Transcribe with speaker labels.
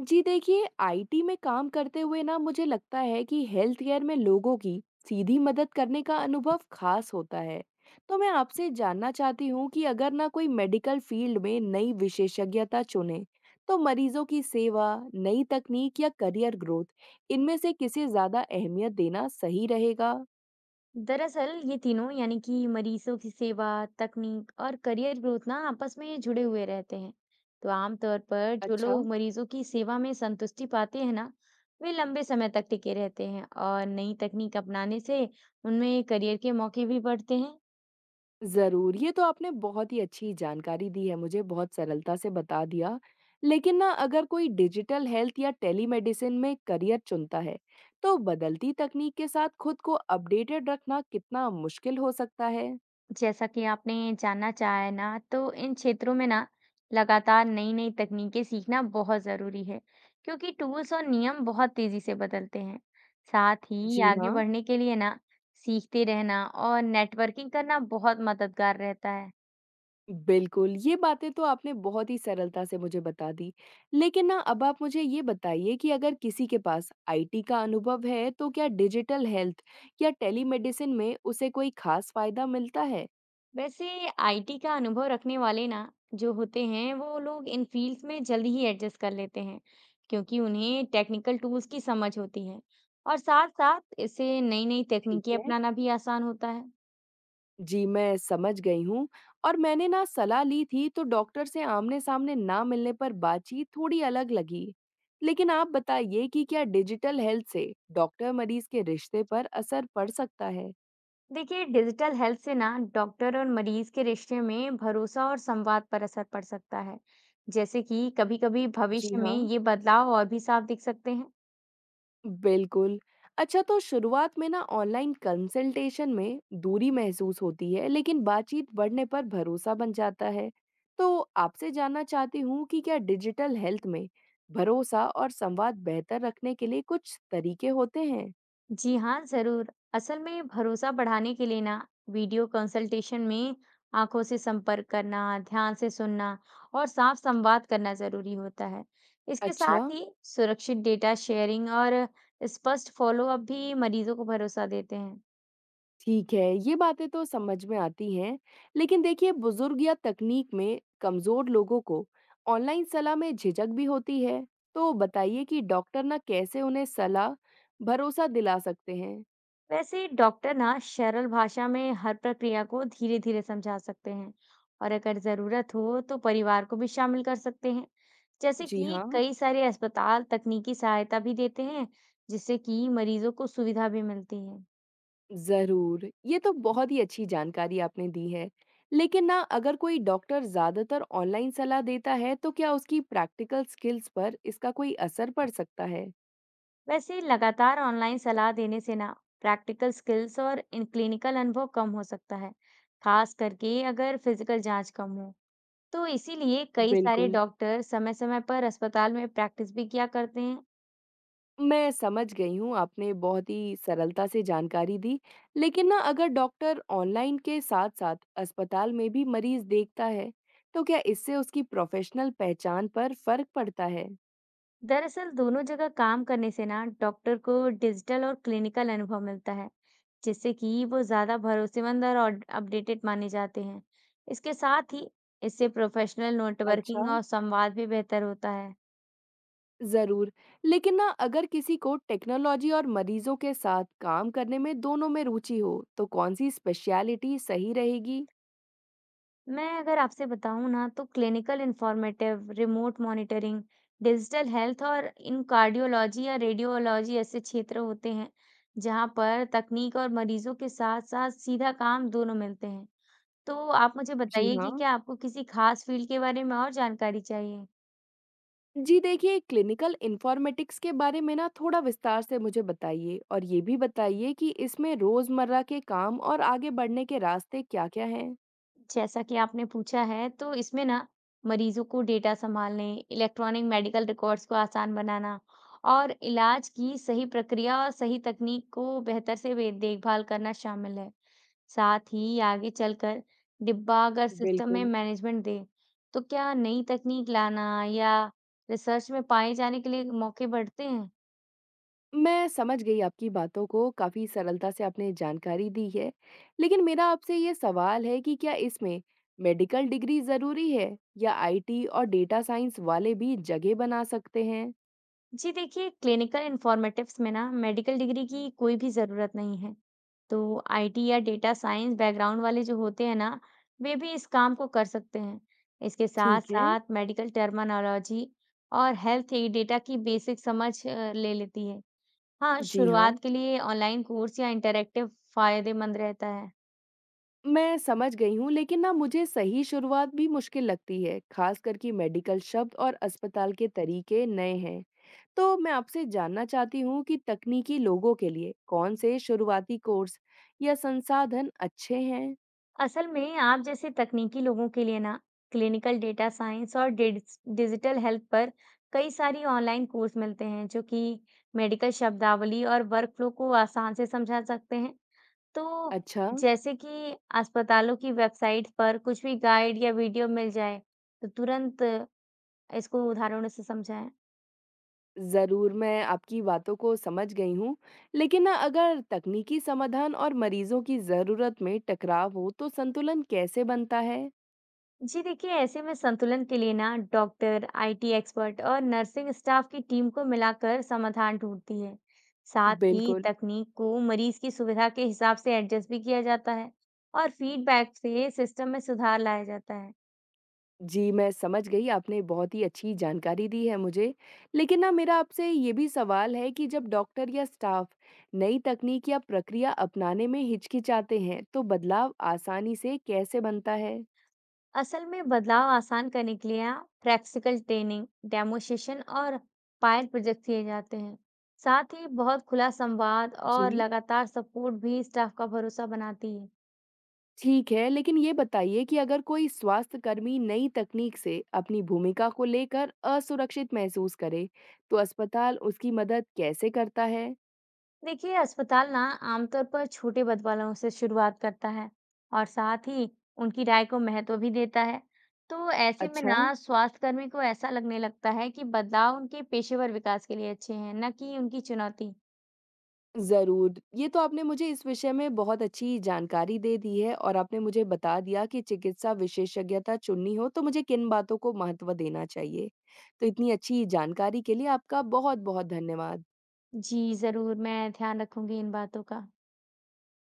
Speaker 1: जी देखिए, आईटी में काम करते हुए ना मुझे लगता है कि हेल्थ केयर में लोगों की सीधी मदद करने का अनुभव खास होता है। तो मैं आपसे जानना चाहती हूँ कि अगर ना कोई मेडिकल फील्ड में नई विशेषज्ञता चुने, तो मरीजों की सेवा, नई तकनीक या करियर ग्रोथ, इनमें से किसे ज्यादा अहमियत देना सही रहेगा?
Speaker 2: दरअसल ये तीनों यानी कि मरीजों की सेवा, तकनीक और करियर ग्रोथ ना आपस में जुड़े हुए रहते हैं। तो आमतौर पर जो
Speaker 1: अच्छा।
Speaker 2: लोग मरीजों की सेवा में संतुष्टि पाते हैं ना, वे लंबे समय तक टिके रहते हैं और नई तकनीक अपनाने से उनमें करियर के मौके भी बढ़ते हैं।
Speaker 1: ज़रूर, ये तो आपने बहुत ही अच्छी जानकारी दी है मुझे, बहुत सरलता से बता दिया। लेकिन ना अगर कोई डिजिटल हेल्थ या टेलीमेडिसिन में करियर चुनता है, तो बदलती तकनीक के साथ खुद को अपडेटेड रखना कितना मुश्किल हो सकता है?
Speaker 2: जैसा कि आपने जानना चाहा है ना, तो इन क्षेत्रों में ना लगातार नई-नई तकनीकें सीखना बहुत ज़रूरी है, क्योंकि टूल्स और नियम बहुत तेज़ी से बदलते हैं। साथ ही
Speaker 1: जी
Speaker 2: आगे
Speaker 1: हाँ।
Speaker 2: बढ़ने के लिए ना सीखते रहना और नेटवर्किंग करना बहुत मददगार रहता है।
Speaker 1: बिल्कुल, ये बातें तो आपने बहुत ही सरलता से मुझे बता दी। लेकिन ना अब आप मुझे ये बताइए कि अगर किसी के पास आईटी का अनुभव है, तो क्या डिजिटल हेल्थ या टेलीमेडिसिन में उसे कोई खास फ़ायदा मिलता है?
Speaker 2: वैसे आईटी का अनुभव रखने वाले ना जो होते हैं, वो लोग इन फील्ड्स में जल्दी ही एडजस्ट कर लेते हैं, क्योंकि उन्हें टेक्निकल टूल्स की समझ होती है और साथ-साथ इससे नई-नई
Speaker 1: ठीक
Speaker 2: तकनीकें
Speaker 1: है।
Speaker 2: अपनाना भी आसान होता है।
Speaker 1: जी, मैं समझ गई हूँ और मैंने ना सलाह ली थी तो डॉक्टर से आमने-सामने ना मिलने पर बातचीत थोड़ी अलग लगी। लेकिन आप बताइए कि क्या डिजिटल हेल्थ से डॉक्टर-मरीज के रिश्ते पर असर पड़ सकता है?
Speaker 2: देखिए डिजिटल हेल्थ से ना डॉक्टर और मरीज के रिश्ते में भरोसा और संवाद पर असर पड़ सकता है, जैसे कि कभी-कभी
Speaker 1: जी
Speaker 2: भविष्य में
Speaker 1: हाँ।
Speaker 2: ये बदलाव और भी साफ दिख सकते हैं।
Speaker 1: बिल्कुल। अच्छा तो शुरुआत में ना ऑनलाइन कंसल्टेशन में दूरी महसूस होती है, लेकिन बातचीत बढ़ने पर भरोसा बन जाता है। तो आपसे जानना चाहती हूँ कि क्या डिजिटल हेल्थ में भरोसा और संवाद बेहतर रखने के लिए कुछ तरीके होते हैं?
Speaker 2: जी हाँ, जरूर। असल में भरोसा बढ़ाने के लिए ना वीडियो कंसल्टेशन में आंखों से संपर्क करना, ध्यान से सुनना और साफ संवाद करना जरूरी होता है। इसके
Speaker 1: अच्छा।
Speaker 2: साथ ही सुरक्षित डेटा शेयरिंग और स्पष्ट फॉलोअप भी मरीजों को भरोसा देते हैं।
Speaker 1: ठीक है, ये बातें तो समझ में आती हैं, लेकिन देखिए बुजुर्ग या तकनीक में कमजोर लोगों को ऑनलाइन सलाह में झिझक भी होती है, तो बताइए कि डॉक्टर ना कैसे उन्हें सलाह, भरोसा दिला सकते हैं?
Speaker 2: वैसे डॉक्टर ना सरल भाषा में हर प्रक्रिया को धीरे धीरे समझा सकते हैं और अगर जरूरत हो तो परिवार को भी शामिल कर सकते हैं। जैसे
Speaker 1: जी
Speaker 2: कि
Speaker 1: हाँ,
Speaker 2: कई सारे अस्पताल तकनीकी सहायता भी देते हैं, जिससे कि मरीजों को सुविधा भी मिलती है।
Speaker 1: जरूर, ये तो बहुत ही अच्छी जानकारी आपने दी है, लेकिन ना अगर कोई डॉक्टर ज्यादातर ऑनलाइन सलाह देता है, तो क्या उसकी प्रैक्टिकल स्किल्स पर इसका कोई असर पड़ सकता है?
Speaker 2: वैसे लगातार ऑनलाइन सलाह देने से ना प्रैक्टिकल स्किल्स और इन क्लिनिकल अनुभव कम हो सकता है, खास करके अगर फिजिकल जांच कम हो। तो इसीलिए कई सारे
Speaker 1: बिल्कुल।
Speaker 2: डॉक्टर समय समय पर अस्पताल में प्रैक्टिस भी किया करते हैं।
Speaker 1: मैं समझ गई हूँ, आपने बहुत ही सरलता से जानकारी दी। लेकिन ना अगर डॉक्टर ऑनलाइन के साथ-साथ अस्पताल में भी मरीज़ देखता है, तो क्या इससे उसकी प्रोफ़ेशनल पहचान पर फ़र्क पड़ता है?
Speaker 2: दरअसल दोनों जगह काम करने से ना डॉक्टर को डिजिटल और क्लिनिकल अनुभव मिलता है, जिससे कि वो ज्यादा भरोसेमंद और अपडेटेड माने जाते हैं। इसके साथ ही इससे प्रोफेशनल
Speaker 1: अच्छा।
Speaker 2: नेटवर्किंग और संवाद भी बेहतर होता है।
Speaker 1: ज़रूर। लेकिन ना अगर किसी को टेक्नोलॉजी और मरीज़ों के साथ काम करने में दोनों में रुचि हो, तो कौन-सी स्पेशलिटी सही रहेगी?
Speaker 2: मैं अगर आपसे बताऊं ना, तो clinical informative, remote monitoring, digital health और इन कार्डियोलॉजी या रेडियोलॉजी ऐसे क्षेत्र होते हैं जहां पर तकनीक और मरीजों के साथ साथ सीधा काम दोनों मिलते हैं। तो आप मुझे
Speaker 1: जी
Speaker 2: बताइए कि
Speaker 1: हाँ।
Speaker 2: क्या आपको किसी खास फ़ील्ड के बारे में और जानकारी चाहिए?
Speaker 1: जी देखिए, क्लिनिकल इन्फॉर्मेटिक्स के बारे में ना थोड़ा विस्तार से मुझे बताइए और ये भी बताइए कि इसमें रोज़मर्रा के काम और आगे बढ़ने के रास्ते क्या-क्या हैं?
Speaker 2: जैसा कि आपने पूछा है, तो इसमें ना मरीज़ों को डेटा सँभालने, इलेक्ट्रॉनिक मेडिकल रिकॉर्ड्स को आसान बनाना और इलाज की सही प्रक्रिया और सही तकनीक को बेहतर से वे देखभाल करना शामिल है। साथ ही आगे चलकर डिब्बा अगर सिस्टम में
Speaker 1: बिल्कुल।
Speaker 2: मैनेजमेंट दे, तो क्या नई तकनीक लाना या रिसर्च में पाए जाने के लिए मौके बढ़ते हैं?
Speaker 1: मैं समझ गई आपकी बातों को, काफ़ी सरलता से आपने जानकारी दी है। लेकिन मेरा आपसे ये सवाल है कि क्या इसमें मेडिकल डिग्री ज़रूरी है या आईटी और डेटा साइंस वाले भी जगह बना सकते हैं?
Speaker 2: जी देखिए, क्लिनिकल इन्फॉर्मेटिव्स में ना मेडिकल डिग्री की कोई भी ज़रूरत नहीं है। तो आईटी या डेटा साइंस बैकग्राउंड वाले जो होते हैं ना, वे भी इस काम को कर सकते हैं। इसके
Speaker 1: ठीक है।
Speaker 2: साथ-साथ मेडिकल टर्मिनोलॉजी और हेल्थ ए डेटा की बेसिक समझ ले लेती है। हाँ,
Speaker 1: जी हाँ।
Speaker 2: शुरुआत के लिए ऑनलाइन कोर्स या इंटरैक्टिव फ़ायदेमंद रहता है।
Speaker 1: मैं समझ गई हूँ, लेकिन ना मुझे सही शुरुआत भी मुश्किल लगती है, खासकर कि मेडिकल शब्द और अस्पताल के तरीके नए हैं। तो मैं आपसे जानना चाहती हूँ कि तकनीकी लोगों के लिए कौन से शुरुआती कोर्स या संसाधन अच्छे हैं?
Speaker 2: असल में आप जैसे तकनीकी लोगों के लिए ना क्लिनिकल डेटा साइंस और डिजिटल हेल्थ पर कई सारी ऑनलाइन कोर्स मिलते हैं जो कि मेडिकल शब्दावली और वर्कफ्लो को आसान से समझा सकते हैं। तो
Speaker 1: अच्छा,
Speaker 2: जैसे कि अस्पतालों की वेबसाइट पर कुछ भी गाइड या वीडियो मिल जाए, तो तुरंत इसको उदाहरणों से समझाएं।
Speaker 1: ज़रूर, मैं आपकी बातों को समझ गई हूँ, लेकिन ना अगर तकनीकी समाधान और मरीजों की ज़रूरत में टकराव हो, तो संतुलन कैसे बनता है?
Speaker 2: जी देखिए, ऐसे में संतुलन के लिए ना डॉक्टर, आईटी एक्सपर्ट और नर्सिंग स्टाफ की टीम को मिलाकर समाधान ढूंढती है। साथ ही
Speaker 1: बिल्कुल।
Speaker 2: तकनीक को मरीज की सुविधा के हिसाब से एडजस्ट भी किया जाता है और फीडबैक से सिस्टम में सुधार लाया जाता है।
Speaker 1: जी, मैं समझ गई, आपने बहुत ही अच्छी जानकारी दी है मुझे। लेकिन ना मेरा आपसे ये भी सवाल है कि जब डॉक्टर या स्टाफ नई तकनीक या प्रक्रिया अपनाने में हिचकिचाते हैं, तो बदलाव आसानी से कैसे बनता है?
Speaker 2: असल में बदलाव आसान करने के लिए आप प्रैक्टिकल ट्रेनिंग, डेमोसेशन और पायलट प्रोजेक्ट किए जाते हैं। साथ ही बहुत खुला संवाद और
Speaker 1: जी।
Speaker 2: लगातार सपोर्ट भी स्टाफ का भरोसा बनाती है।
Speaker 1: ठीक है, लेकिन ये बताइए कि अगर कोई स्वास्थ्यकर्मी नई तकनीक से अपनी भूमिका को लेकर असुरक्षित महसूस करे, तो अस्पताल उसकी मदद कैसे करता है?
Speaker 2: देखिए अस्पताल ना आमतौर पर छोटे बदलावों से शुरुआत करता है और साथ ही उनकी राय को महत्व भी देता है। तो ऐसे में
Speaker 1: अच्छा।
Speaker 2: ना स्वास्थ्यकर्मी को ऐसा लगने लगता है कि बदलाव उनके पेशेवर विकास के लिए अच्छे हैं, न कि उनकी चुनौती।
Speaker 1: ज़रूर। ये तो आपने मुझे इस विषय में बहुत अच्छी जानकारी दे दी है और आपने मुझे बता दिया कि चिकित्सा विशेषज्ञता चुननी हो तो मुझे किन बातों को महत्व देना चाहिए। तो इतनी अच्छी जानकारी के लिए आपका बहुत-बहुत धन्यवाद।
Speaker 2: जी जरूर, मैं ध्यान रखूंगी इन बातों का।